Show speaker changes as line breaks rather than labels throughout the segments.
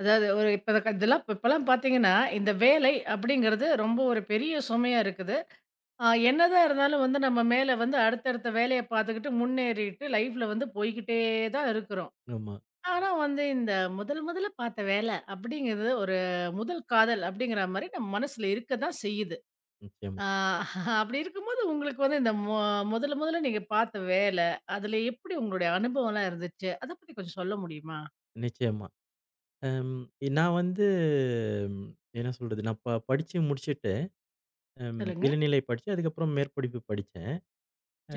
அதாவது ஒரு இப்ப க இதெல்லாம் இப்பலாம் பார்த்தீங்கன்னா, இந்த வேலை அப்படிங்கிறது ரொம்ப ஒரு பெரிய சுமையா இருக்குது. அ என்னதான் இருந்தாலும் வந்து நம்ம மேல வந்து அடுத்தடுத்த வேலைய பார்த்துக்கிட்டு முன்னேறிட்டு லைஃப்ல வந்து போய்க்கிட்டே தான் இருக்கிறோம்.
ஆமா.
ஆனா வந்து இந்த முதல் முதல்ல பார்த்த வேலை அப்படிங்கிறது ஒரு முதல் காதல் அப்படிங்கிற மாரி நம்ம மனசுல இருக்க தான் செய்யுது.
நிச்சயமா,
அ அப்படி இருக்கும்போது உங்களுக்கு வந்து இந்த முதல்ல முதல்ல நீங்க பார்த்த வேலை, அதுல எப்படி உங்களுடைய அனுபவம்லாம் இருந்துச்சு? அத பத்தி கொஞ்சம் சொல்ல முடியுமா?
நிச்சயமா. அம் நான் வந்து ம், என்ன சொல்றது? நான் படிச்சு முடிச்சுட்டு, அம்
சொல்லுங்க.
இளநிலை படிச்சு, அதுக்கப்புறம் மேற்படிப்பு படிச்சேன்.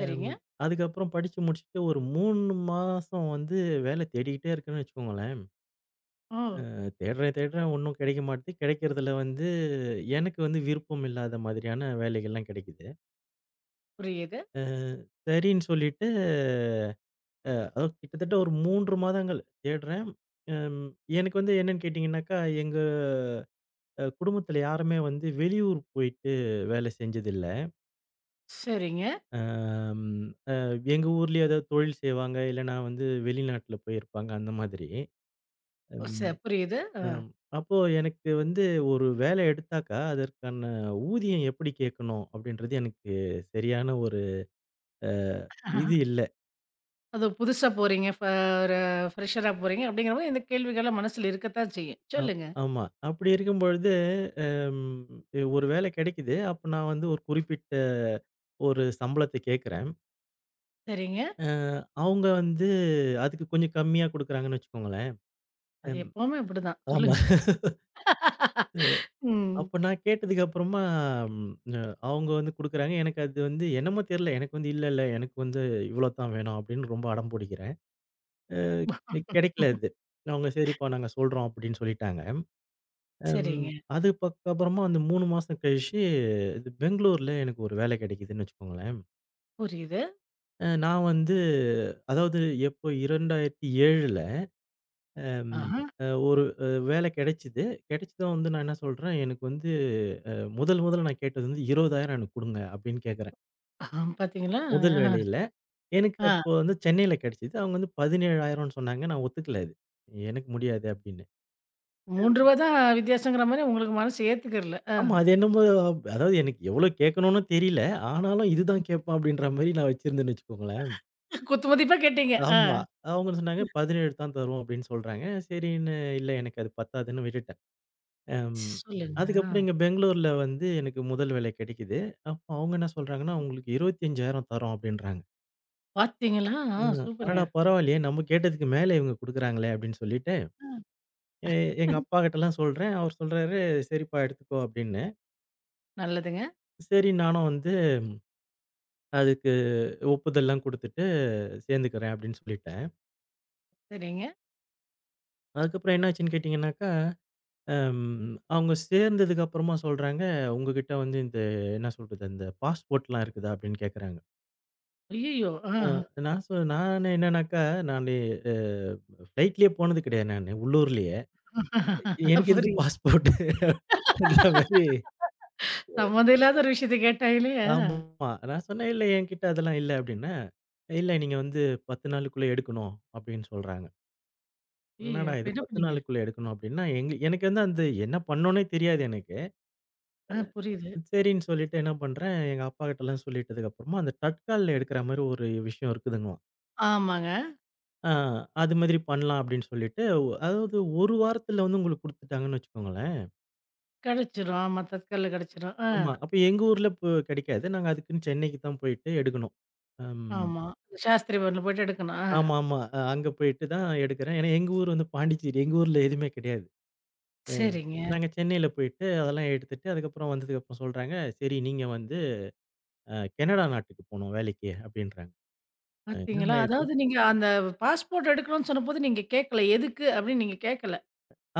அம் அதுக்கப்புறம் படிச்சு முடிச்சுட்டு ஒரு 3 மாசம் வந்து வேலை தேடிக்கிட்டே இருக்கேன்னு வச்சுக்கோங்களேன்.
ஓ!
தேடுறேன், தேடுறேன் ஒண்ணும் கிடைக்க மாட்டுது. கிடைக்கிறதுல வந்து எனக்கு வந்து விருப்பம் இல்லாத மாதிரியான வேலைகள்லாம் கிடைக்குது.
புரியுது.
அ சரின்னு சொல்லிட்டு, அதாவது கிட்டத்தட்ட ஒரு 3 மாதங்கள் தேடுறேன். அம் எனக்கு வந்து என்னன்னு கேட்டீங்கன்னாக்கா, எங்க குடும்பத்துல யாருமே வந்து வெளியூர் போயிட்டு வேலை செஞ்சதில்ல.
சரிங்க.
அம் அ எங்க ஊர்லயே ஏதாவது தொழில் செய்வாங்க, இல்லன்னா வந்து வெளிநாட்டுல போயிருப்பாங்க அந்த மாதிரி.
ஓ!
ம்
புரியுது. ஆ.
அம் அப்போ எனக்கு வந்து ஒரு வேலை எடுத்தாக்கா, அதற்கான ஊதியம் எப்படி கேட்கணும் அப்படின்றது எனக்கு சரியான ஒரு அ இது இல்ல.
அதுவும் புதுசா போறீங்க. ஒரு ஃப்ரெஷரா போறீங்க. அப்படிங்கிறபோது இந்த கேள்விகள்லாம் மனசுல இருக்கத்தான் செய்யும்.
அ
சொல்லுங்க.
ஆமா. அப்படி இருக்கும்பொழுது அம் ஒரு வேலை கிடைக்குது. அப்ப நான் வந்து ஒரு குறிப்பிட்ட ஒரு சம்பளத்த கேட்கிறேன்.
சரிங்க.
அ அவங்க வந்து அதுக்கு கொஞ்சம் கம்மியா குடுக்குறாங்கன்னு வச்சுக்கோங்களேன்.
அது
அம்
எப்பவுமே அப்படிதான்.
ஆமா.
சொல்லுங்க. ம்.
அப்ப நான் கேட்டதுக்கு அப்புறமா ம் அ அவங்க வந்து குடுக்குறாங்க. எனக்கு அது வந்து என்னமோ தெரியல. எனக்கு வந்து இல்ல, இல்ல எனக்கு வந்து இவ்ளோ தான் வேணும் அப்படின்னு ரொம்ப அடம் புடிக்கிறேன். அ கெடைக்கல அது. அவங்க சரிப்பா நாங்க சொல்றோம் அப்படின்னு சொல்லிட்டாங்க. அம்
சரிங்க.
அதுக்கப்புறமா வந்து 3 மாசம் கழிச்சு இது பெங்களூர்ல எனக்கு ஒரு வேலை கெடைக்குதுன்னு வச்சுக்கோங்களேன்.
புரியுது.
நான் வந்து அதாவது எப்போ 2007ல அம்
ஆஹா.
அ ஒரு வேலை கெடைச்சது. கெடைச்சதும் வந்து நான் என்ன சொல்றேன், எனக்கு வந்து அ முதல் முதல்ல நான் கேட்டது வந்து 20,000 எனக்கு குடுங்க அப்படின்னு கேட்கிறேன்.
ஆஹா, பாத்தீங்களா?
முதல்
ஆ.
வேலையில. எனக்கு
ஆ.
அப்போ வந்து சென்னையில கிடைச்சது. அவங்க வந்து 17,000ன்னு சொன்னாங்க. நான் ஒத்துக்கல அது. எனக்கு முடியாது அப்படின்னு.
ரூ. 3 தான் வித்தியாசங்கிற மாரி உங்களுக்கு மனசு ஏத்துக்கிறல. ஆ.
ஆமா அது என்னமோ அதாவது எனக்கு எவ்வளோ கேட்கணும்னு தெரியல. ஆனாலும் இதுதான் கேட்பான் அப்படின்ற மாரி நான் வச்சிருந்தேன்னு வச்சுக்கோங்களேன்.
குத்து மதிப்பா கேட்டீங்க. ஆ.
ஆமா. அவங்க சொன்னாங்க 17 தான் தருவோம் அப்படின்னு சொல்றாங்க. சரின்னு இல்ல எனக்கு அது பத்தாதுன்னு விட்டுட்டேன். அம்.
சொல்லுங்க. ஆ.
அதுக்கப்புறம் இங்க பெங்களூர்ல வந்து எனக்கு முதல் வேலை கிடைக்குது. அப்போ அவங்க என்ன சொல்றாங்கன்னா, உங்களுக்கு 25,000 தரோம் அப்படின்றாங்க.
பாத்தீங்களா? ஆ
ம்.
சூப்பருங்க.
அடடா! பரவாயில்லையே! நம்ம கேட்டதுக்கு மேல இவங்க குடுக்குறாங்களே! அப்படின்னு சொல்லிட்டு, எ எங்க அப்பாகிட்டலாம் சொல்றேன். அவர் சொல்றாரு, "சரிப்பா எடுத்துக்கோ" அப்படின்னு.
நல்லதுங்க.
சரி நானும் வந்து அதுக்கு ஒப்புதல்லாம் குடுத்துட்டு சேர்ந்துக்கிறேன் அப்படின்னு சொல்லிட்டேன்.
சரிங்க.
அதுக்கப்புறம் என்னாச்சுன்னு கேட்டீங்கன்னாக்கா, அம் அவங்க சேர்ந்ததுக்கு அப்புறமா சொல்றாங்க, "உங்ககிட்ட வந்து இந்த என்ன சொல்றது, இந்த பாஸ்போர்ட்லாம் இருக்குதா?" அப்படின்னு கேட்கறாங்க.
ஐய்யயோ! ஆ.
அ நான் நான் என்னன்னாக்கா, நானு அ ஃப்ளைட்லயே போனது கிடையாது நானு, உள்ளூர்லயே. எனக்கு எதுக்கு
புரியுது.
பாஸ்போர்ட்? அந்த மாரி
சம்மந்தம் இல்லாத ஒரு விஷயத்த கேட்டாங்களே! ஆ.
ஆமா. நான் சொன்னேன், "இல்ல என்கிட்ட அதெல்லாம் இல்ல" அப்படின்னேன். "இல்ல நீங்க வந்து 10 நாளுக்குள்ள எடுக்கணும்" அப்படின்னு சொல்றாங்க.
ஐயய்யோ!
என்னடா
அப்ப
இது
என்ன
10
பண்ணீங்க?
நாளுக்குள்ள எடுக்கணும் அப்படின்னா, எங்க எனக்கு வந்து அந்த என்ன பண்ணணும்னே தெரியாது எனக்கு.
ஆ புரியுது.
சரின்னு சொல்லிட்டு என்ன பண்றேன், எங்க அப்பாகிட்டலாம் சொல்லிட்டதுக்கு அப்புறமா, அந்த தட்கால்ல எடுக்கிற மாரி ஒரு விஷயம் இருக்குதுங்களாம்.
ஆமாங்க.
ஆ அது மாதிரி பண்ணலாம் அப்படின்னு சொல்லிட்டு, அதாவது 1 வாரத்துல வந்து உங்களுக்கு குடுத்துட்டாங்கன்னு வச்சுக்கோங்களேன்.
கிடைச்சிரும். ஆமா, தட்கல்ல கிடைச்சிரும். ஆ,
ஆமா. அப்ப எங்க ஊர்ல இப்ப கிடைக்காது. நாங்க அதுக்குன்னு சென்னைக்கு தான் போயிட்டு எடுக்கணும். அம்.
ஆமா. சாஸ்திரி பவன்ல போயிட்டு எடுக்கணும். ஆ,
ஆமாமா. அங்க போயிட்டு தான் எடுக்கிறேன். ஏன்னா எங்க ஊர் வந்து பாண்டிச்சேரி. எங்க ஊர்ல எதுவுமே கிடையாது. அ
சரிங்க.
நாங்க சென்னையில போயிட்டு அதெல்லாம் எடுத்துட்டு, அதுக்கப்புறம் வந்ததுக்கப்புறம் சொல்றாங்க, "சரி நீங்க வந்து கனடா நாட்டுக்கு போணும் வேலைக்கு" அப்படின்றாங்க. என்னங்க
பார்த்தீங்களா?
இது?
அதாவது நீங்க அந்த பாஸ்போர்ட் எடுக்கணும்னு சொன்னபோது நீங்க கேட்கல. எதுக்கு அப்படின்னு நீங்க கேட்கல.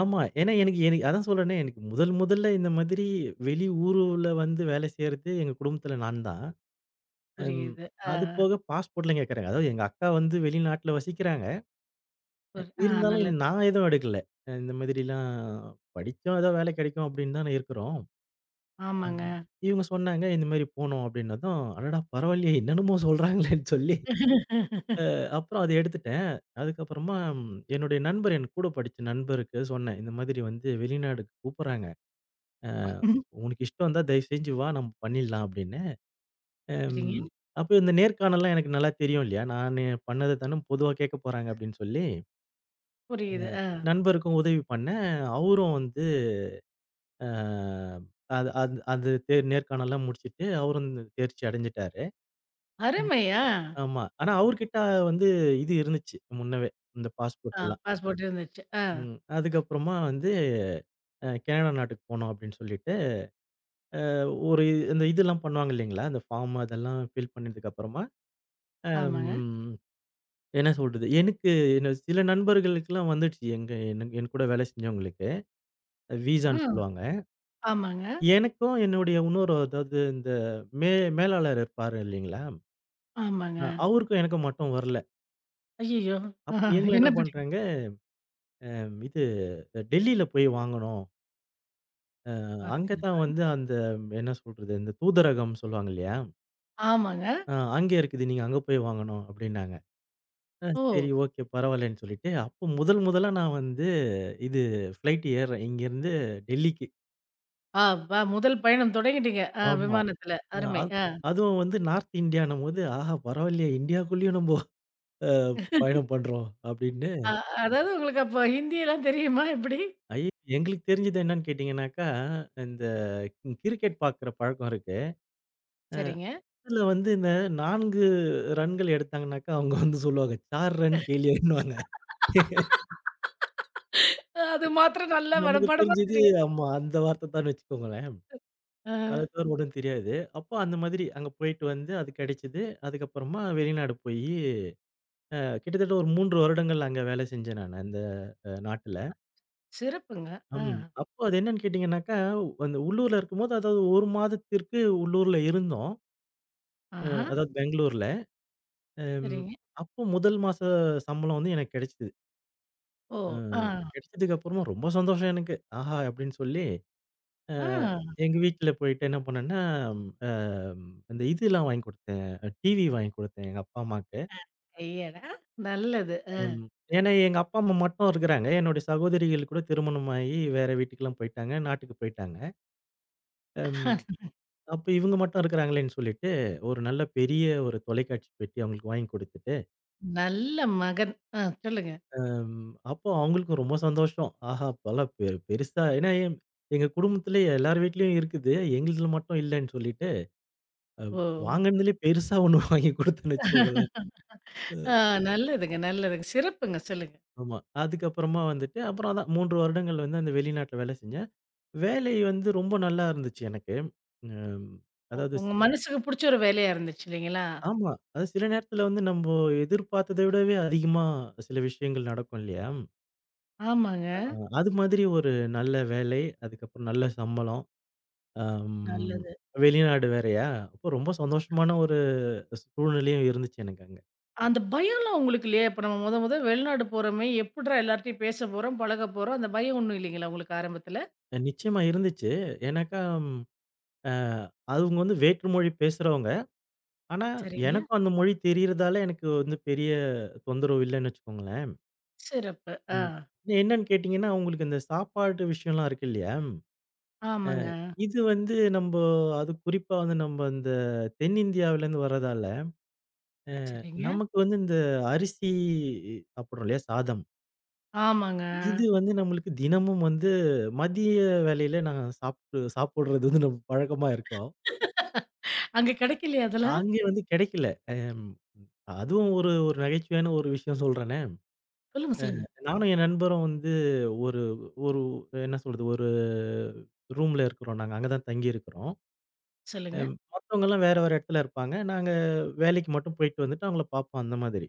ஆமா. ஏன்னா எனக்கு எனக்கு அதான் சொல்றேனே, எனக்கு முதல் முதல்ல இந்த மாதிரி வெளி ஊருல வந்து வேலை செய்றது எங்க குடும்பத்துல நான் தான். அம்
புரியுது. ஆ,
அது போக பாஸ்போர்ட்லாம் கேட்கறாங்க. அதாவது எங்க அக்கா வந்து வெளிநாட்டுல வசிக்கிறாங்க.
புரி ஆ
இருந்தாலும் இது
நல்லது.
நான் எதுவும் எடுக்கல. இந்த மாதிரிலாம் படிச்சோம் ஏதோ வேலை கிடைக்கும் அப்படின்னு தானே இருக்கிறோம்.
ஆமாங்க.
ம். இவங்க சொன்னாங்க, இந்த மாரி போனோம் அப்படின்னதும், அடடா! பரவாயில்லையே என்னென்னமோ சொல்றாங்களேன்னு சொல்லி, அப்புறம் அத எடுத்துட்டேன். அதுக்கப்புறமா ம், என்னுடைய நண்பர் என் கூட படிச்ச நண்பருக்கு சொன்னேன். இந்த மாதிரி வந்து வெளிநாடுக்கு கூப்புடுறாங்க. அ
ம்.
உனக்கு இஷ்டம் இருந்தா தயவு செஞ்சு வா நம்ம பண்ணிடலாம் அப்படின்னு.
சரிங்க.
அம் அப்போ இந்த நேர்காணல்லாம் எனக்கு நல்லா தெரியும் இல்லையா? நானு பண்ணது தானே பொதுவா கேட்க போறாங்க அப்படின்னு சொல்லி,
புரியுது. ஆ,
நண்பருக்கும் உதவி பண்ணேன். அவரும் வந்து அ அது அது அது தே நேர்காணல்லாம் முடிச்சுட்டு அவரும் தேர்ச்சி அடைஞ்சுட்டாரு.
அருமை. ஆ,
ஆமா. ஆனா அவர்கிட்ட வந்து இது இருந்துச்சு முன்னவே. இந்த பாஸ்போர்ட்
ஆ
எல்லாம்.
பாஸ்போர்ட் இருந்துச்சு. ஆ,
ம். அதுக்கப்புறமா வந்து கனடா நாட்டுக்கு போனோம் அப்படின்னு சொல்லிட்டு, ஒரு இந்த இதெல்லாம் பண்ணுவாங்க இல்லைங்களா? அந்த ஃபார்ம் அதெல்லாம் ஃபில் பண்ணதுக்கு அப்புறமா,
ஆமாங்க.
அம் என்ன சொல்றது? எனக்கு என்ன சில நண்பர்களுக்கெல்லாம் வந்துடுச்சு. எங்க என் கூட வேலை செஞ்சவங்களுக்கு.
ஆ,
விசான்னு சொல்லுவாங்க.
ஆமாங்க,
எனக்கும் என்னுடைய இன்னொரு அதாவது இந்த மே மேலாளர் இருப்பாரு இல்லைங்களா?
ஆமாங்க.
அவருக்கும் எனக்கும் மட்டும் வரல.
ஐயய்யோ!
அப்ப எங்கள என்ன
என்ன பண்ணீங்க?
பண்றாங்க, இது டெல்லியில போய் வாங்கணும். அங்க தான்
பார்த்தீங்களா?
வந்து அந்த என்ன சொல்றது, இந்த தூதரகம் சொல்லுவாங்க இல்லையா?
ஆமாங்க.
அங்கே இருக்குது. நீங்க அங்க போய் வாங்கணும் அப்டின்னாங்க.
ஓ!
சரி ஓகே பரவாயில்லன்னு சொல்லிட்டு, அப்போ முதல் முதலா நான் வந்து இது ஃப்ளைட் ஏர்றேன். இங்கேருந்து டெல்லிக்கு.
ஆ, முதல் பயணம் தொடங்கிட்டீங்க. ஆ
ஆமா.
விமானத்துல.
அ
அருமை.
அது
ஆ.
அதுவும் வந்து நார்த் இந்தியான்னும்போது, ஆஹா பரவாயில்லையே இந்தியாக்குள்ளேயும் நம்போ அ பயணம் பண்றோம் அப்டின்னு.
அ அதாவது உங்களுக்கு அப்ப ஹிந்தியெல்லாம் தெரியுமா எப்படி?
ஐய எங்களுக்கு தெரிஞ்சது என்னன்னு கேட்டீங்கன்னாக்கா, இந்த கிரிக்கெட் பார்க்குற பழக்கம் இருக்கு.
சரிங்க.
அதுல வந்து இந்த 4 ரன்கள் எடுத்தாங்கனாக்கா, அவங்க வந்து சொல்லுவாங்க, 4 ரன் கேலியேன்னுவாங்க.
அது மாத்திரம் நல்லா
நமக்கு
மனப்பாடமா
தெரிஞ்சது
தெரியும்.
ஆமா. அந்த வார்த்தை தான் வச்சுக்கோங்களேன்.
ஆ.
அத தவிர ஒண்ணும் தெரியாது. அப்போ அந்த மாதிரி அங்க போயிட்டு வந்து அது கிடைச்சது. அதுக்கப்புறமா வெளிநாடு போயி, கிட்டத்தட்ட ஒரு 3 வருடங்கள் அங்க வேலை செஞ்சேன் நானு அந்த நாட்டுல.
சிறப்புங்க. ஆ.
ம். அப்போ அது என்னன்னு கேட்டீங்கன்னாக்கா, அந்த உள்ளூர்ல இருக்கும்போது அதாவது 1 மாதத்திற்கு உள்ளூர்ல இருந்தோம்.
ஆஹா.
அதாவது பெங்களூர்ல. அம்.
சரிங்க.
அப்போ முதல் மாச சம்பளம் வந்து எனக்கு கிடைச்சது.
ஓ!
அ
ஆ.
கிடைச்சதுக்கு அப்புறமா ரொம்ப சந்தோஷம் எனக்கு. ஆஹா! அப்படின்னு சொல்லி அ
ஆ.
எங்க வீட்ல போயிட்டு என்ன பண்ணேன்னா, அ இந்த இதெல்லாம் வாங்கி குடுத்தேன். டிவி வாங்கி குடுத்தேன் எங்க அப்பா, அம்மாக்கு.
ஐயடா! நல்லது.
ம். ஏன்னா எங்க அப்பா, அம்மா மட்டும் இருக்கிறாங்க. என்னுடைய சகோதரிகள் கூட திருமணமாகி வேற வீட்டுக்கெல்லாம் போயிட்டாங்க. நாட்டுக்கு போயிட்டாங்க. ம். அப்ப இவங்க மட்டும் இருக்கிறாங்களேன்னு சொல்லிட்டு, ஒரு நல்ல பெரிய ஒரு தொலைக்காட்சி பெட்டி அவங்களுக்கு வாங்கி குடுத்துட்டு,
நல்ல மகன். ஆ சொல்லுங்க.
ம் அப்போ அவங்களுக்கும் ரொம்ப சந்தோஷம். ஆஹா! பல பெருசா ஏன்னா எங்க குடும்பத்திலே எல்லார் வீட்லயும் இருக்குது. எங்களுதுல மட்டும் இல்லன்னு சொல்லிட்டு, அ
ஓ!
வாங்கினதுலயே பெருசா ஒண்ணு வாங்கி குடுத்தேன்னு வச்சுக்கோங்களேன்.
ஆ நல்லதுங்க, நல்லதுங்க. சிறப்புங்க. சொல்லுங்க.
ஆமா. அதுக்கப்புறமா வந்துட்டு, அப்புறம் அதான் 3 வருடங்கள் வந்து அந்த வெளிநாட்ல வேலை செஞ்சேன். வேலை வந்து ரொம்ப நல்லா இருந்துச்சு எனக்கு. ம் அதாவது ஸ்-
உங்க மனசுக்கு புடிச்ச ஒரு வேலையா இருந்துச்சு இல்லைங்களா?
ஆமா. அதாவது சில நேரத்துல வந்து நம்போ எதிர்பார்த்தத விடவே அதிகமா சில விஷயங்கள் நடக்கும் இல்லையா?
ஆமாங்க.
அது மாதிரி ஒரு நல்ல வேலை, அதுக்கப்புறம் நல்ல சம்பளம். அம்
நல்லது.
வெளிநாடு வேறயா, அப்போ ரொம்ப சந்தோஷமான ஒரு சூழ்நிலையும் இருந்துச்சு எனக்கு அங்க.
அந்த பயம்லாம் உங்களுக்கு இல்லையா? இப்ப நம்ம மொத மொத வெளிநாடு போறோமே! எப்புட்றா எல்லார்ட்டயும் பேச போறோம், பழக போறோம். அந்த பயம் ஒண்ணும் இல்லைங்களா உங்களுக்கு ஆரம்பத்துல?
நிச்சயமா இருந்துச்சு. ஏன்னாக்கா, ம் அ அவங்க வந்து வேற்று மொழி பேசுறவங்க. ஆனா,
சரிங்க.
எனக்கும் அந்த மொழி தெரியறதால எனக்கு வந்து பெரிய தொந்தரவு இல்லன்னு வச்சுக்கோங்களேன்.
சிறப்பு. ஆ.
ம். என்னன்னு கேட்டீங்கன்னா, உங்களுக்கு இந்த சாப்பாட்டு விஷயம்லாம் இருக்கு இல்லையா? அ
ஆமாங்க.
இது வந்து நம்ப அது குறிப்பா வந்து நம்ப இந்த தென்னிந்தியாவிலேருந்து வர்றதால, அ
சரிங்க.
நமக்கு வந்து இந்த அரிசி சாப்பிடுறோம் இல்லையா? சாதம்.
ஆமாங்க.
இது வந்து நம்மளுக்கு தினமும் வந்து மதிய வேளையில நாங்க சாப்ட்டு சாப்பிடுறது வந்து நம்ம பழக்கமா இருக்கும்.
அங்க கிடைக்கலையா அதெல்லாம்?
அங்கே வந்து கிடைக்கல. அம் அதுவும் ஒரு ஒரு நகைச்சுவையான ஒரு விஷயம் சொல்றேனே!
சொல்லுங்க, சொல்லுங்க.
நானும் என் நண்பரும் வந்து ஒரு ஒரு என்ன சொல்றது? ஒரு ரூம்ல இருக்கிறோம் நாங்க. அங்க தான் தங்கி இருக்கிறோம்.
சொல்லுங்க.
மத்தவங்கலாம் வேற, வேற இடத்துல இருப்பாங்க. நாங்க வேலைக்கு மட்டும் போயிட்டு வந்துட்டு அவங்கள பார்ப்போம் அந்த மாதிரி.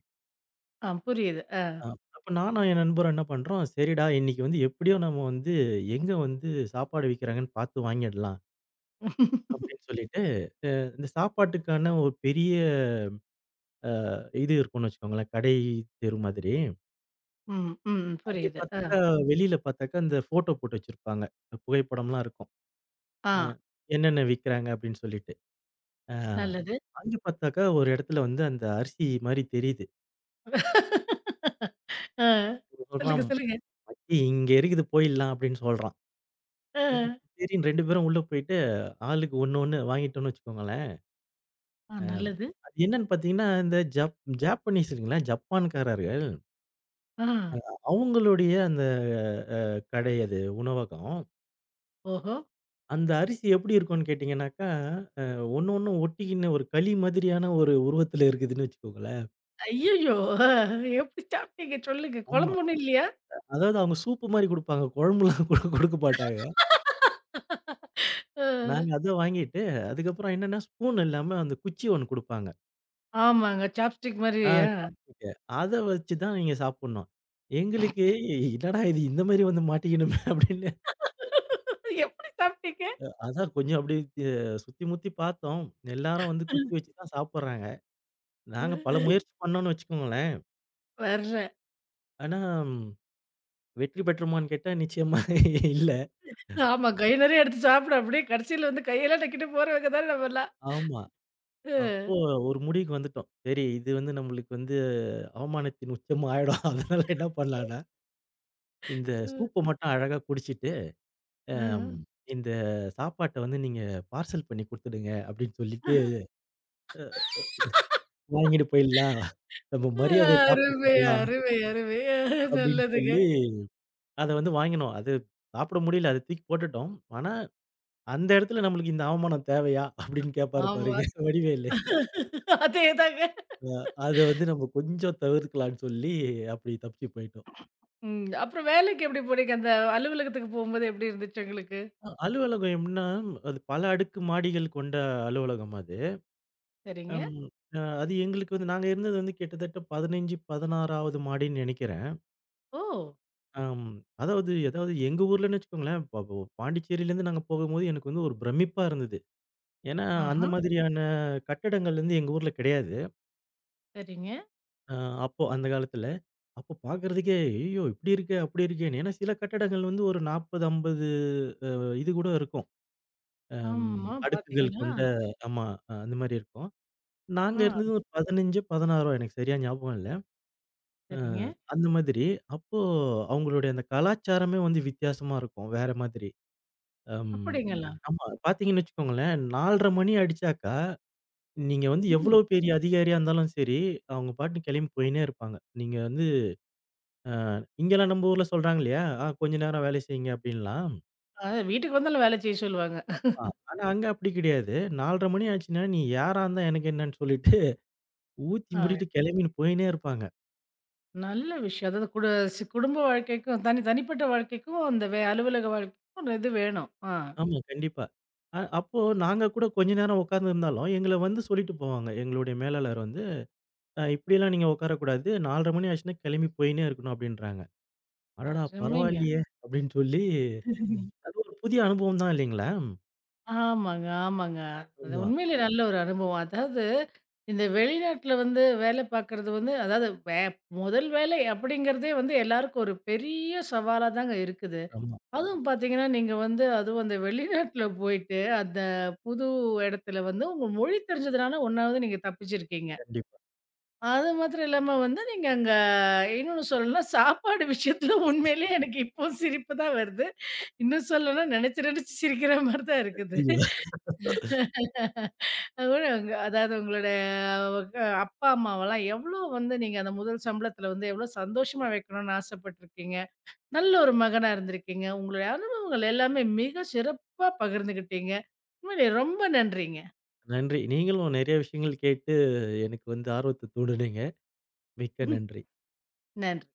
ஆ புரியுது. ஆ.
அ அப்ப நானும் என் நண்பரும் என்ன பண்றோம், "சரிடா இன்னைக்கு வந்து எப்படியோ நம்ம வந்து எங்க வந்து சாப்பாடு விக்கிறாங்கன்னு பார்த்து வாங்கிடலாம்." அப்படின்னு சொல்லிட்டு, இந்த சாப்பாட்டுக்கான ஒரு பெரிய இது இருக்கும்னு வச்சுக்கோங்களேன். கடை தெரு மாதிரி.
ம், ம்.
அங்கே
புரியுது. ஆ.
பார்த்தாக்கா வெளியில பார்த்தாக்கா இந்த ஃபோட்டோ போட்டு வச்சிருப்பாங்க. புகைப்படம்லாம் இருக்கும்.
ஆ.
அ என்னென்ன விக்கிறாங்க அப்படின்னு சொல்லிட்டு. அ
நல்லது.
அங்க பார்த்தாக்கா ஒரு இடத்துல வந்து அந்த அரிசி மாரி தெரியுது.
ஆ.
இவன் சொல்றான்,
சொல்லுங்க, சொல்லுங்க.
"மச்சி இங்க இருக்குது போயிடலாம்" அப்படின்னு சொல்றான்.
ஆ.
ம். சரின்னு 2 பேரும் உள்ள போயிட்டு ஆளுக்கு ஒண்ணு ஒண்ணு வாங்கிட்டோம்னு வச்சுக்கோங்களேன்.
ஆ
அ
நல்லது.
அது என்னன்னு பார்த்தீங்கன்னா, இந்த ஜாப்பனீஸ் இருக்குங்களா, ஜப்பான்காரர்கள்
ஆ.
அவங்களுடைய அந்த அ கடை அது உணவகம்.
ஓஹோ!
அந்த அரிசி எப்படி இருக்கும்னு கேட்டீங்கன்னாக்கா, அ ஒண்ணு ஒண்ணும் ஒட்டிக்கின்னு ஒரு களி மாதிரியான ஒரு உருவத்துல இருக்குதுன்னு வச்சுக்கோங்களேன்.
ஐய்யயோ! ஆ. எப்படி சாப்பிட்டீங்க? சொல்லுங்க.
ஆமா.
குழம்பு ஒண்ணும் இல்லையா?
அதாவது அவங்க சூப்பு மாரி குடுப்பாங்க. குழம்புலாம் குடுக்க மாட்டாங்க.
ஆ.
நாங்க அத வாங்கிட்டு, அதுக்கப்புறம் என்னன்னா ஸ்பூன் இல்லாம அந்த குச்சி ஒண்ணு குடுப்பாங்க.
ஆமாங்க. சாப்ஸ்டிக் மாரி.
ஆ
ஆ.
சாப்ஸ்டிக்கு. அத வச்சு தான் நீங்க சாப்புட்ணும். எங்களுக்கு என்னடா இது இந்த மாரி வந்து மாட்டிக்கணுமே அப்படின்னு,
எப்படி சாப்பிட்டீங்க?
அதான் கொஞ்சம் அப்படியே சுத்தி முத்தி பார்த்தோம். எல்லாரும் வந்து குச்சி வச்சு தான் சாப்புட்றாங்க. நாங்க பல முயற்சி பண்ணோம்னு வச்சுக்கோங்களேன்.
வர்றேன்.
ஆனா வெற்றி பெற்றோமான்னு கேட்டா நிச்சயமா இல்ல.
ஆமா. கை நெறைய எடுத்து சாப்பிட அப்படியே கடைசியில வந்து கையெல்லாம் நக்கிட்டு போறவங்க தானே நம்மலாம்.
ஆமா. அப்போ
ம்.
ஒரு முடிவுக்கு வந்துட்டோம். சரி இது வந்து நம்மளுக்கு வந்து அவமானத்தின் உச்சம் ஆயிடும். அதனால என்ன பண்ணலான்னா, இந்த
அ.
சூப்ப மட்டும் அழகா குடிச்சிட்டு,
அ.
அம் இந்த சாப்பாட்ட வந்து நீங்க பார்சல் பண்ணி குடுத்துடுங்க அப்டின்னு சொல்லிட்டு, வாங்கிட்டு போயிடலாம். நம்ம மரியாதைய
அருமை,
காப்பாத்திக்கலாம்
அருமை, அருமை.
அப்டின்னு
நல்லதுங்க.
சொல்லி, அத வந்து வாங்கினோம். அது சாப்பிட முடியல. அத தூக்கி போட்டுட்டோம். ஆனா, அந்த இடத்துல நம்மளுக்கு இந்த அவமானம் தேவையா? அப்டின்னு கேட்பாரு
ஆமா.
பாருங்க வடிவேலு.
அதேதாங்க.
அ அத வந்து நம்ம கொஞ்சம் தவிர்க்கலான்னு சொல்லி அப்டி தப்பிச்சு போயிட்டோம்.
ம். அப்புறம் வேலைக்கு எப்படி போனீங்க? அந்த அலுவலகத்துக்கு போம்போது எப்படி இருந்துச்சு உங்களுக்கு?
அலுவலகம் எப்டின்னா, அது பல அடுக்கு மாடிகள் கொண்ட அலுவலகம் அது.
சரிங்க.
அம். அது எங்களுக்கு வந்து நாங்க இருந்தது வந்து கிட்டத்தட்ட 15, 16வது மாடின்னு நெனைக்கிறேன்.
ஓ!
அம். அதாவது அதாவது எங்க ஊர்லன்னு வச்சுக்கோங்களேன், ப ப பாண்டிச்சேரியிலேருந்து நாங்க போகும்போது எனக்கு வந்து ஒரு பிரமிப்பா இருந்தது. ஏன்னா, அந்த
ஆஹா.
மாதிரியான கட்டடங்கள் வந்து எங்க ஊர்ல கிடையாது.
சரிங்க.
அ அப்போ அந்த காலத்துல. அப்போ பார்க்கறதுக்கே, "ஐயய்யோ! இப்படி இருக்கே, அப்படி இருக்கேன்னு." ஏன்னா சில கட்டடங்கள் வந்து ஒரு 40, 50 அ இது கூட இருக்கும். அம்
ஆமா
அடுக்குகள்
பார்த்தீங்களா?
கொண்ட ஆமா. அ, அந்த மாரி இருக்கும். நாங்க இருந்தது
ஆ
ஒரு 15, 16 எனக்கு சரியா ஞாபகம் இல்ல.
சரிங்க.
அந்த மாதிரி. அப்போ அவங்களுடைய அந்த கலாச்சாரமே வந்து வித்தியாசமா இருக்கும். வேற மாதிரி. அம்.
அப்படிங்களா?
ஆமா. பார்த்தீங்கன்னு வச்சுக்கோங்களேன், 4:30 மணி அடிச்சாக்கா, நீங்க வந்து எவ்ளோ
ம்.
பெரிய அதிகாரியா இருந்தாலும் சரி, அவங்க பாட்டுக்கு கெளம்பி போயின்னே இருப்பாங்க. நீங்க வந்து இங்கலாம் நம்ம ஊர்ல சொல்றாங்க இல்லையா? "ஆ கொஞ்ச நேரம் வேலை செய்யுங்க" அப்படின்லாம்.
அ வீட்டுக்கு வந்தாலும் வேலை செய்ய சொல்லுவாங்க.
ஆ ஆனா அங்க அப்படி கிடையாது. 4:30 மணி ஆச்சுன்னா, "நீ யாரா இருந்தா எனக்கு என்னன்னு" சொல்லிட்டு ஊத்தி
ஆ.
மூடிட்டு கெளம்பின்னு போயின்னே இருப்பாங்க.
நல்ல விஷயம். அதாவது குடும்ப வாழ்க்கைக்கும், தனி தனிப்பட்ட வாழ்க்கைக்கும், அந்த அலுவலக வாழ்க்கைக்கும் ஒரு இது வேணும். ஆ.
ஆமா, கண்டிப்பா. அப்போ நாங்க கூட கொஞ்ச நேரம் உட்கார்ந்திருந்தாலும், எங்கள வந்து சொல்லிட்டு போவாங்க. எங்களுடைய மேலாளர் வந்து. இப்படியெல்லாம் நீங்க உட்காரக்கூடாது. 4:30 மணி ஆச்சுன்னா கிளம்பி போயின்னே இருக்கணும் அப்படின்றாங்க. அடடா!
அருமைங்க.
பரவாயில்லையே அப்படின்னு சொல்லி அது ஒரு புதிய அனுபவம் தான் இல்லைங்களா?
ஆமாங்க, ஆமாங்க. அது
ஆமா,
உண்மையிலே நல்ல ஒரு அனுபவம். அதாவது இந்த வெளிநாட்ல வந்து வேலை பார்க்குறது வந்து, அதாவது முதல் வேலை அப்படிங்கிறதே வந்து எல்லாருக்கும் ஒரு பெரிய சவாலா தாங்க இருக்குது.
ஆமா.
அதுவும் பார்த்தீங்கன்னா, நீங்க வந்து அதுவும் அந்த வெளிநாட்ல போயிட்டு, அந்த புது இடத்துல வந்து உங்க மொழி தெரிஞ்சதுனால ஒண்ணாவது நீங்க தப்பிச்சிருக்கீங்க.
கண்டிப்பா.
அது மாத்திரம் இல்லாம வந்து நீங்க அங்க இன்னொன்னு சொல்லணும்னா, சாப்பாடு விஷயத்துல உண்மையிலேயே எனக்கு இப்போ சிரிப்பு தான் வருது. இன்னும் சொல்லணும்னா நெனச்சு நெனச்சு சிரிக்கிற மாரி தான் இருக்குது.
இது-
அதோட அங்க அதாவது உங்களோட அப்பா, அம்மாவெல்லாம் எவ்ளோ வந்து நீங்க அந்த முதல் சம்பளத்துல வந்து எவ்ளோ சந்தோஷமா வைக்கணும்னு ஆசைப்பட்டுருக்கீங்க. நல்ல ஒரு மகனா இருந்திருக்கீங்க. உங்களுடைய அனுபவங்கள் எல்லாமே மிக சிறப்பா பகிர்ந்துகிட்டீங்க. உண்மையிலேயே ரொம்ப நன்றிங்க.
நன்றி. நீங்களும் நெறைய விஷயங்கள் கேட்டு எனக்கு வந்து ஆர்வத்த தூண்டுனீங்க. மிக்க நன்றி.
நன்றி.